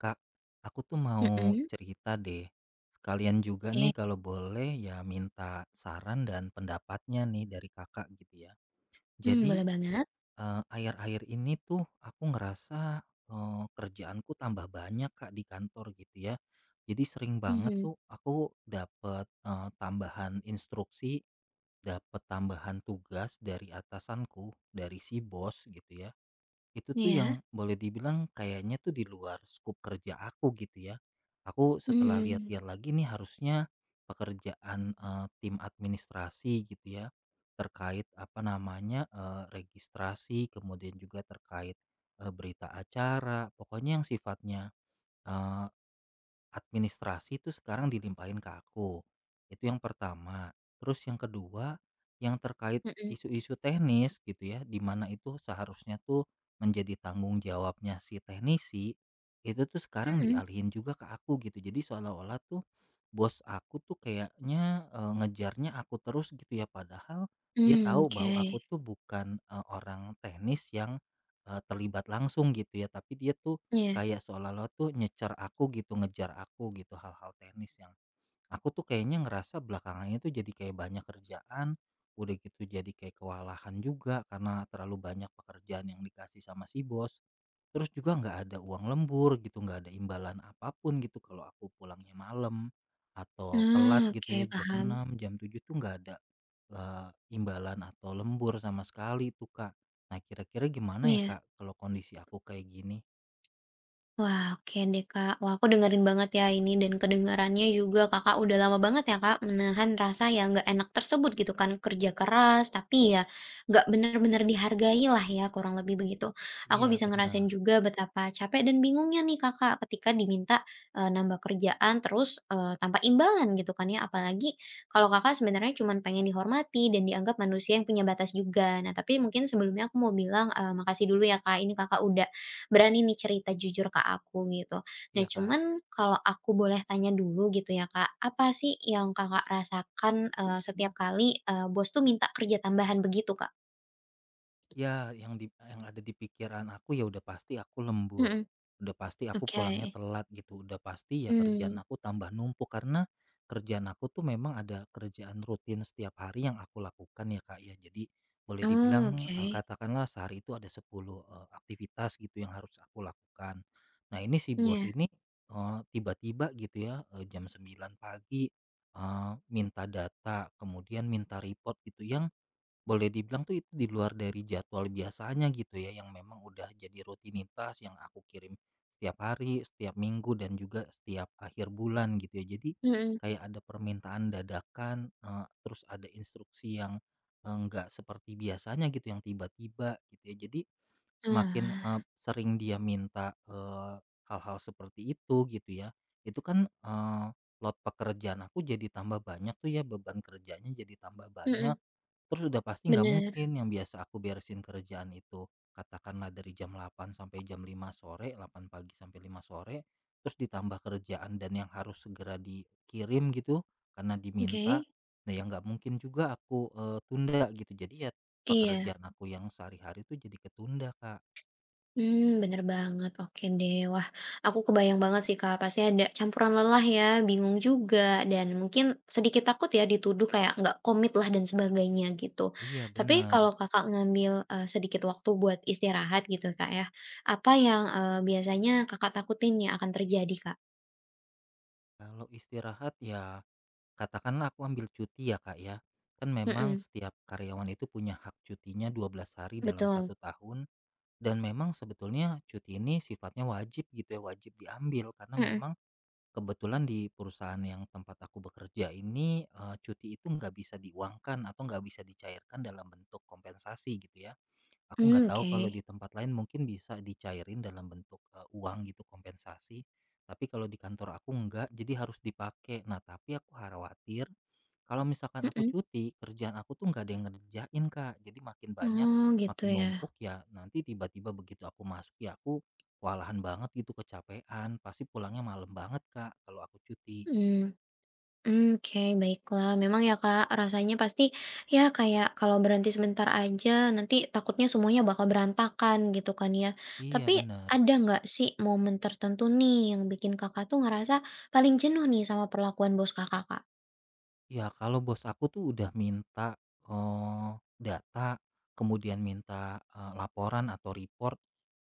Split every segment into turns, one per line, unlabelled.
Kak, aku tuh mau
Mhm.
cerita deh. Sekalian juga
Oke.
nih kalau boleh ya minta saran dan pendapatnya nih dari Kakak gitu ya.
mmm,
Jadi
boleh banget.
akhir-akhir ini tuh aku ngerasa kerjaanku tambah banyak Kak di kantor gitu ya. Jadi sering banget
Mhm.
tuh aku dapat tambahan instruksi, dapat tambahan tugas dari atasanku, dari si bos gitu ya, itu tuh yang
Iya.
boleh dibilang kayaknya tuh di luar skup kerja aku gitu ya. Aku setelah
Mmm.
lihat-lihat lagi nih harusnya pekerjaan, tim administrasi gitu ya, terkait apa namanya, registrasi, kemudian juga terkait, berita acara, pokoknya yang sifatnya administrasi itu sekarang dilimpahin ke aku. Itu yang pertama. Terus yang kedua, yang terkait
Mhm,
isu-isu teknis gitu ya, di mana itu seharusnya tuh menjadi tanggung jawabnya si teknisi, itu tuh sekarang
mhm.
dialihin juga ke aku gitu. Jadi seolah-olah tuh bos aku tuh kayaknya ngejarnya aku terus gitu ya, padahal dia
Mmm.
tahu
Oke.
bahwa aku tuh bukan orang teknis yang terlibat langsung gitu ya, tapi dia tuh
Iya.
kayak seolah-olah tuh nyecer aku gitu, ngejar aku gitu, hal-hal teknis yang aku tuh kayaknya ngerasa belakangan itu jadi kayak banyak kerjaan, udah gitu jadi kayak kewalahan juga karena terlalu banyak pekerjaan yang dikasih sama si bos. Terus juga nggak ada uang lembur gitu, nggak ada imbalan apapun gitu kalau aku pulangnya malam atau
Nah,
telat gitu
oke,
ya jam
paham.
6, jam 7 tuh nggak ada eh, imbalan atau lembur sama sekali tuh Kak. Nah, kira-kira gimana ya
Iya.
Kak kalau kondisi aku kayak gini?
Wah, oke deh Kak. Wah, aku dengerin banget ya ini dan kedengarannya juga Kakak udah lama banget ya Kak menahan rasa yang nggak enak tersebut gitu kan. Kerja keras tapi ya nggak benar-benar dihargai lah ya kurang lebih begitu. Aku
Iya,
bisa ngerasain
benar.
juga betapa capek dan bingungnya nih Kakak ketika diminta nambah kerjaan terus tanpa imbalan gitu kan ya. Apalagi kalau Kakak sebenarnya cuma pengen dihormati dan dianggap manusia yang punya batas juga. Nah, tapi mungkin sebelumnya aku mau bilang makasih dulu ya Kak. Ini Kakak udah berani nih cerita jujur ke aku gitu. Nah
Iya, Kak.
cuman kalau aku boleh tanya dulu gitu ya Kak, apa sih yang Kakak rasakan, setiap kali, bos tuh minta kerja tambahan begitu Kak?
Ya, yang ada di pikiran aku ya udah pasti aku lembur,
Mhm.
udah pasti aku
Oke.
pulangnya telat gitu, udah pasti ya
Hmm,
kerjaan aku tambah numpuk karena kerjaan aku tuh memang ada kerjaan rutin setiap hari yang aku lakukan ya, Kak, ya. Jadi boleh
oh
dibilang,
oke.
katakanlah sehari itu ada 10 aktivitas gitu yang harus aku lakukan. Nah, ini si bos
Iya.
ini, tiba-tiba gitu ya, jam 9 pagi, minta data, kemudian minta report gitu yang boleh dibilang tuh itu di luar dari jadwal biasanya gitu ya, yang memang udah jadi rutinitas yang aku kirim setiap hari, setiap minggu dan juga setiap akhir bulan gitu ya. Jadi
Mhm.
kayak ada permintaan dadakan, terus ada instruksi yang nggak seperti biasanya gitu, yang tiba-tiba gitu ya. Jadi semakin
Oalah.
sering dia minta hal-hal seperti itu gitu ya, itu kan lot pekerjaan aku jadi tambah banyak tuh ya, beban kerjanya jadi tambah
Mhm.
banyak. Terus udah pasti nggak
Bener.
mungkin yang biasa aku beresin kerjaan itu, katakanlah dari jam delapan sampai jam lima sore, delapan pagi sampai lima sore, terus ditambah kerjaan dan yang harus segera dikirim gitu karena
Oke.
diminta. Nah, yang nggak mungkin juga aku, tunda gitu. Jadi ya
Iya.
pekerjaan aku yang sehari-hari itu jadi ketunda, Kak.
Bener banget. Oke deh. Wah, aku kebayang banget sih, Kak. Pasti ada campuran lelah ya, bingung juga, dan mungkin sedikit takut ya dituduh kayak nggak komit lah dan sebagainya gitu.
Iya,
Tapi kalau
bener.
Kakak ngambil, sedikit waktu buat istirahat gitu, Kak, ya, apa yang, biasanya Kakak takutin ya akan terjadi, Kak?
Kalau istirahat ya katakanlah aku ambil cuti ya, Kak, ya. Kan memang
Mhm,
setiap karyawan itu punya hak cutinya 12 hari dalam
betul.
satu tahun. Dan memang sebetulnya cuti ini sifatnya wajib gitu ya, wajib diambil karena
Mhm.
memang kebetulan di perusahaan yang tempat aku bekerja ini, cuti itu nggak bisa diuangkan atau nggak bisa dicairkan dalam bentuk kompensasi gitu ya. Aku
Mmm,
nggak tahu
oke.
kalau di tempat lain mungkin bisa dicairin dalam bentuk, uang gitu, kompensasi, tapi kalau di kantor aku nggak, jadi harus dipakai. Nah, tapi aku khawatir kalau misalkan aku
Mhm.
cuti, kerjaan aku tuh nggak ada yang ngerjain, Kak. Jadi makin banyak,
Oh, gitu
makin
ya.
numpuk ya, nanti tiba-tiba begitu aku masuk ya aku kewalahan banget gitu, kecapean, pasti pulangnya malam banget, Kak, kalau aku cuti.
Mmm. Mmm, oke, baiklah. Memang ya, Kak, rasanya pasti ya kayak kalau berhenti sebentar aja nanti takutnya semuanya bakal berantakan gitu kan ya.
Iya,
Tapi
benar.
ada nggak sih momen tertentu nih yang bikin Kakak tuh ngerasa paling jenuh nih sama perlakuan bos Kakak, Kak?
Ya, kalau bos aku tuh udah minta, eee, data, kemudian minta, laporan atau report,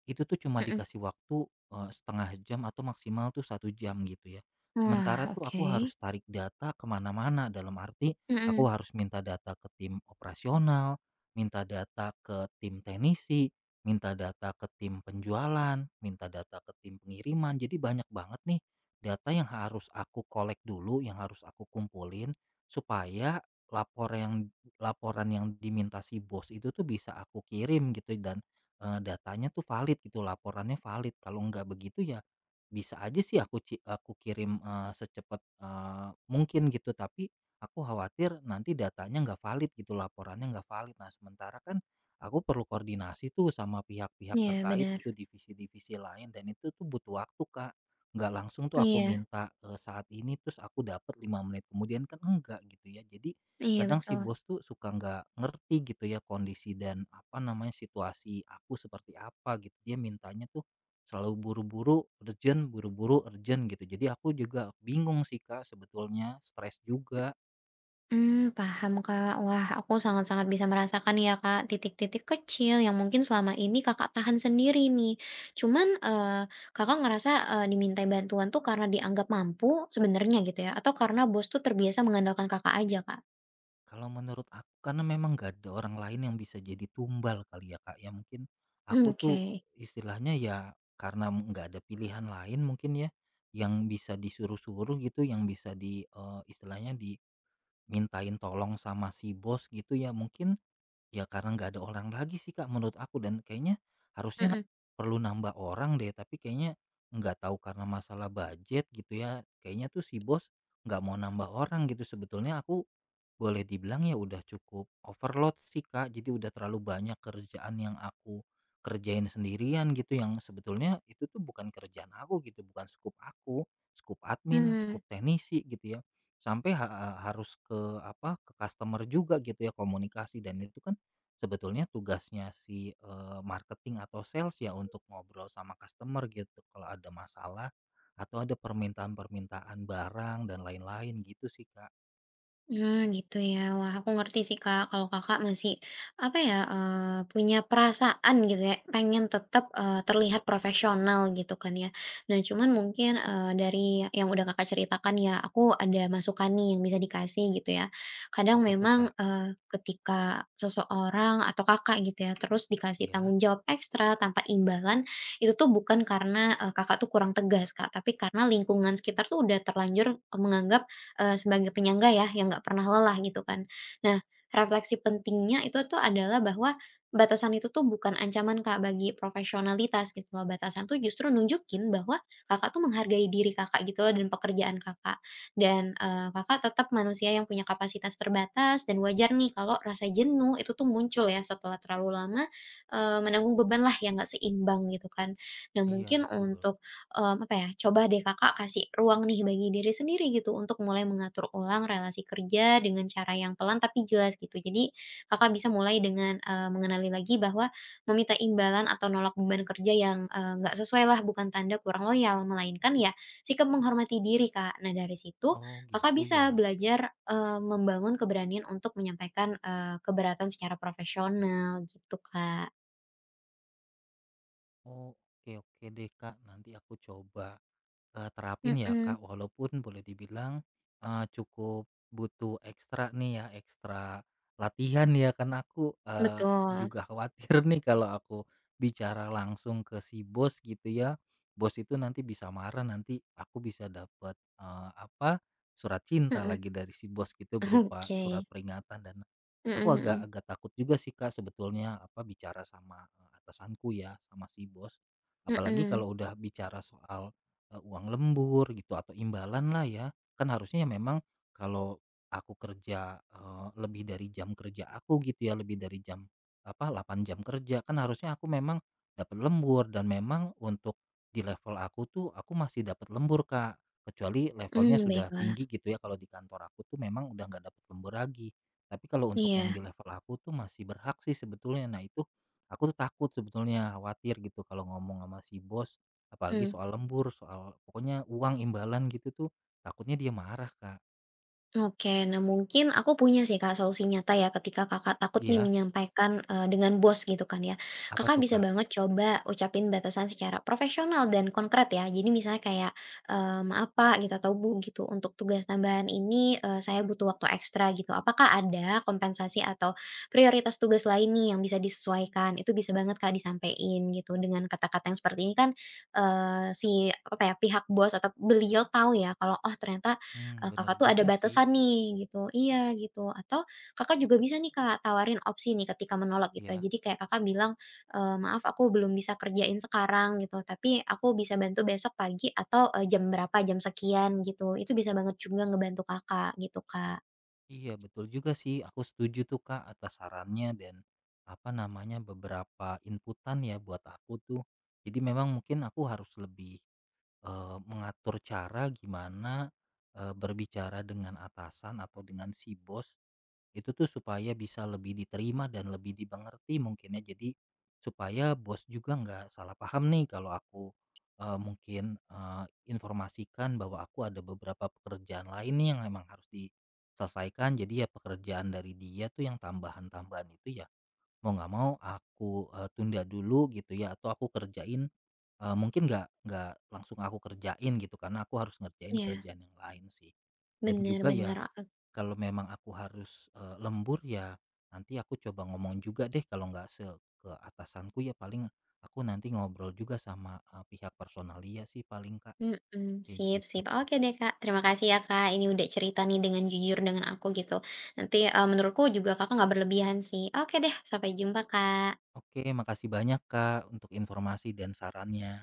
itu tuh cuma
Mhm.
dikasih waktu, 1 jam atau maksimal tuh satu jam gitu ya.
Wah,
Sementara tuh aku
oke.
harus tarik data kemana mana, dalam arti
Mhm,
aku harus minta data ke tim operasional, minta data ke tim teknisi, minta data ke tim penjualan, minta data ke tim pengiriman. Jadi banyak banget nih data yang harus aku kolek dulu, yang harus aku kumpulin supaya lapor yang laporan yang diminta si bos itu tuh bisa aku kirim gitu, dan datanya tuh valid gitu, laporannya valid. Kalau nggak begitu ya bisa aja sih aku kirim, secepat, mungkin gitu, tapi aku khawatir nanti datanya nggak valid gitu, laporannya nggak valid. Nah, sementara kan aku perlu koordinasi tuh sama pihak-pihak
iya
terkait
bener.
gitu, divisi-divisi lain, dan itu tuh butuh waktu, Kak. Nggak langsung tuh aku
Iya,
minta, saat ini terus aku dapat 5 menit kemudian, kan enggak gitu ya. Jadi
iya
kadang si
betul.
bos tuh suka nggak ngerti gitu ya kondisi dan apa namanya, situasi aku seperti apa gitu. Dia mintanya tuh selalu buru-buru, urgent gitu. Jadi aku juga bingung sih Kak sebetulnya, stres juga.
Paham, Kak. Wah, aku sangat-sangat bisa merasakan ya, Kak, titik-titik kecil yang mungkin selama ini Kakak tahan sendiri nih. Cuman, Kakak ngerasa, dimintai bantuan tuh karena dianggap mampu sebenarnya gitu ya, atau karena bos tuh terbiasa mengandalkan Kakak aja, Kak?
Kalau menurut aku karena memang gak ada orang lain yang bisa jadi tumbal kali ya, Kak, ya. Mungkin aku
Mmm,
tuh
oke.
istilahnya ya karena nggak ada pilihan lain mungkin ya, yang bisa disuruh-suruh gitu, yang bisa di, istilahnya dimintain tolong sama si bos gitu ya. Mungkin ya karena nggak ada orang lagi sih, Kak, menurut aku, dan kayaknya harusnya
Mhm,
perlu nambah orang deh, tapi kayaknya nggak tahu karena masalah budget gitu ya, kayaknya tuh si bos nggak mau nambah orang gitu. Sebetulnya aku boleh dibilang ya udah cukup overload sih Kak, jadi udah terlalu banyak kerjaan yang aku kerjain sendirian gitu yang sebetulnya itu tuh bukan kerjaan aku gitu, bukan skup aku, skup admin,
mmm.
skup teknisi gitu ya. Sampai harus ke apa, ke customer juga gitu ya, komunikasi, dan itu kan sebetulnya tugasnya si marketing atau sales ya untuk ngobrol sama customer gitu kalau ada masalah atau ada permintaan-permintaan barang dan lain-lain gitu sih Kak.
Nah, gitu ya. Wah, aku ngerti sih, Kak, kalau Kakak masih apa ya, punya perasaan gitu ya, pengen tetap, terlihat profesional gitu kan ya. Nah, cuman mungkin, dari yang udah Kakak ceritakan ya, aku ada masukan nih yang bisa dikasih gitu ya. Kadang
Apa tuh
memang,
Kak?
ketika seseorang atau Kakak gitu ya, terus dikasih
Iya,
tanggung jawab ekstra tanpa imbalan, itu tuh bukan karena, Kakak tuh kurang tegas, Kak, tapi karena lingkungan sekitar tuh udah terlanjur menganggap sebagai penyangga ya, yang nggak pernah lelah gitu kan. Nah, refleksi pentingnya itu tuh adalah bahwa batasan itu tuh bukan ancaman Kak bagi profesionalitas gitu loh, batasan tuh justru nunjukin bahwa Kakak tuh menghargai diri Kakak gitu loh dan pekerjaan Kakak. Dan, Kakak tetap manusia yang punya kapasitas terbatas dan wajar nih kalau rasa jenuh itu tuh muncul ya setelah terlalu lama, menanggung beban lah yang nggak seimbang gitu kan. Nah
iya
mungkin
betul.
untuk apa ya, coba deh Kakak kasih ruang nih bagi diri sendiri gitu untuk mulai mengatur ulang relasi kerja dengan cara yang pelan tapi jelas gitu. Jadi Kakak bisa mulai dengan, mengenali lagi bahwa meminta imbalan atau nolak beban kerja yang, nggak sesuailah bukan tanda kurang loyal, melainkan ya sikap menghormati diri, Kak. Nah dari situ
Oh
Kakak
gitu
bisa
ya.
belajar, membangun keberanian untuk menyampaikan, keberatan secara profesional gitu, Kak.
Oh, oke oke deh Kak, nanti aku coba. Terapin ya,
Mhm,
Kak, walaupun boleh dibilang, cukup butuh ekstra nih ya, ekstra latihan ya, karena aku,
betul.
juga khawatir nih kalau aku bicara langsung ke si bos gitu ya, bos itu nanti bisa marah, nanti aku bisa dapat apa, surat cinta
Mhm.
lagi dari si bos gitu berupa
Oke.
surat peringatan, dan
Mhm,
aku agak
mhm.
agak takut juga sih, Kak, sebetulnya apa bicara sama, atasanku ya, sama si bos. Apalagi
Mhm.
kalau udah bicara soal uang lembur gitu atau imbalan lah ya. Kan harusnya ya memang kalau aku kerja, lebih dari jam kerja aku gitu ya, lebih dari jam, apa, 8 jam kerja, kan harusnya aku memang dapat lembur, dan memang untuk di level aku tuh, aku masih dapat lembur, Kak. Kecuali levelnya
Mmm,
sudah
baiklah.
tinggi gitu ya, kalau di kantor aku tuh memang udah nggak dapat lembur lagi. Tapi kalau untuk yang
Iya.
di level aku tuh masih berhak sih sebetulnya. Nah itu, aku tuh takut sebetulnya, khawatir gitu kalau ngomong sama si bos apalagi
Mmm.
soal lembur, soal pokoknya uang imbalan gitu tuh, takutnya dia marah, Kak.
Oke, nah mungkin aku punya sih Kak solusi nyata ya ketika Kakak takut nih
Iya,
menyampaikan, dengan bos gitu kan ya.
apa
Kakak
tuh,
bisa
Kak?
banget coba ucapin batasan secara profesional dan konkret ya. Jadi misalnya kayak, "Maaf Pak," gitu atau "Bu," gitu, "untuk tugas tambahan ini, saya butuh waktu ekstra," gitu. "Apakah ada kompensasi atau prioritas tugas lain nih yang bisa disesuaikan?" Itu bisa banget Kak disampaikan gitu. Dengan kata-kata yang seperti ini kan, si apa ya, pihak bos atau beliau tahu ya kalau, "Oh ternyata
Hmm, bener
Kakak tuh ada
juga sih.
batasan nih gitu, iya gitu, atau Kakak juga bisa nih Kak tawarin opsi nih ketika menolak gitu ya.
Iya.
Jadi kayak Kakak bilang, "Maaf aku belum bisa kerjain sekarang gitu, tapi aku bisa bantu besok pagi atau, jam berapa, jam sekian," gitu. Itu bisa banget juga ngebantu Kakak gitu, Kak.
Iya, betul juga sih, aku setuju tuh, Kak, atas sarannya dan, apa namanya, beberapa inputan ya buat aku tuh. Jadi memang mungkin aku harus lebih, mengatur cara gimana, berbicara dengan atasan atau dengan si bos itu tuh supaya bisa lebih diterima dan lebih dimengerti mungkin ya. Jadi supaya bos juga nggak salah paham nih kalau aku mungkin informasikan bahwa aku ada beberapa pekerjaan lain nih yang memang harus diselesaikan. Jadi ya pekerjaan dari dia tuh yang tambahan-tambahan itu ya mau nggak mau aku tunda dulu gitu ya atau aku kerjain mungkin nggak langsung aku kerjain gitu karena aku harus ngerjain
Iya.
kerjaan yang lain sih. Dan
Bener
juga ya
bener,
kalau memang aku harus, lembur ya nanti aku coba ngomong juga deh, kalau nggak se ke atasanku ya paling aku nanti ngobrol juga sama, pihak personalia sih paling Kak,
mhm,
kayak
sip
gitu
sip.
ya.
Oke deh Kak, terima kasih ya Kak, ini udah cerita nih dengan jujur dengan aku gitu. Nanti, menurutku juga Kakak nggak berlebihan sih. Oke deh, sampai jumpa, Kak.
Oke, makasih banyak Kak, untuk informasi dan sarannya.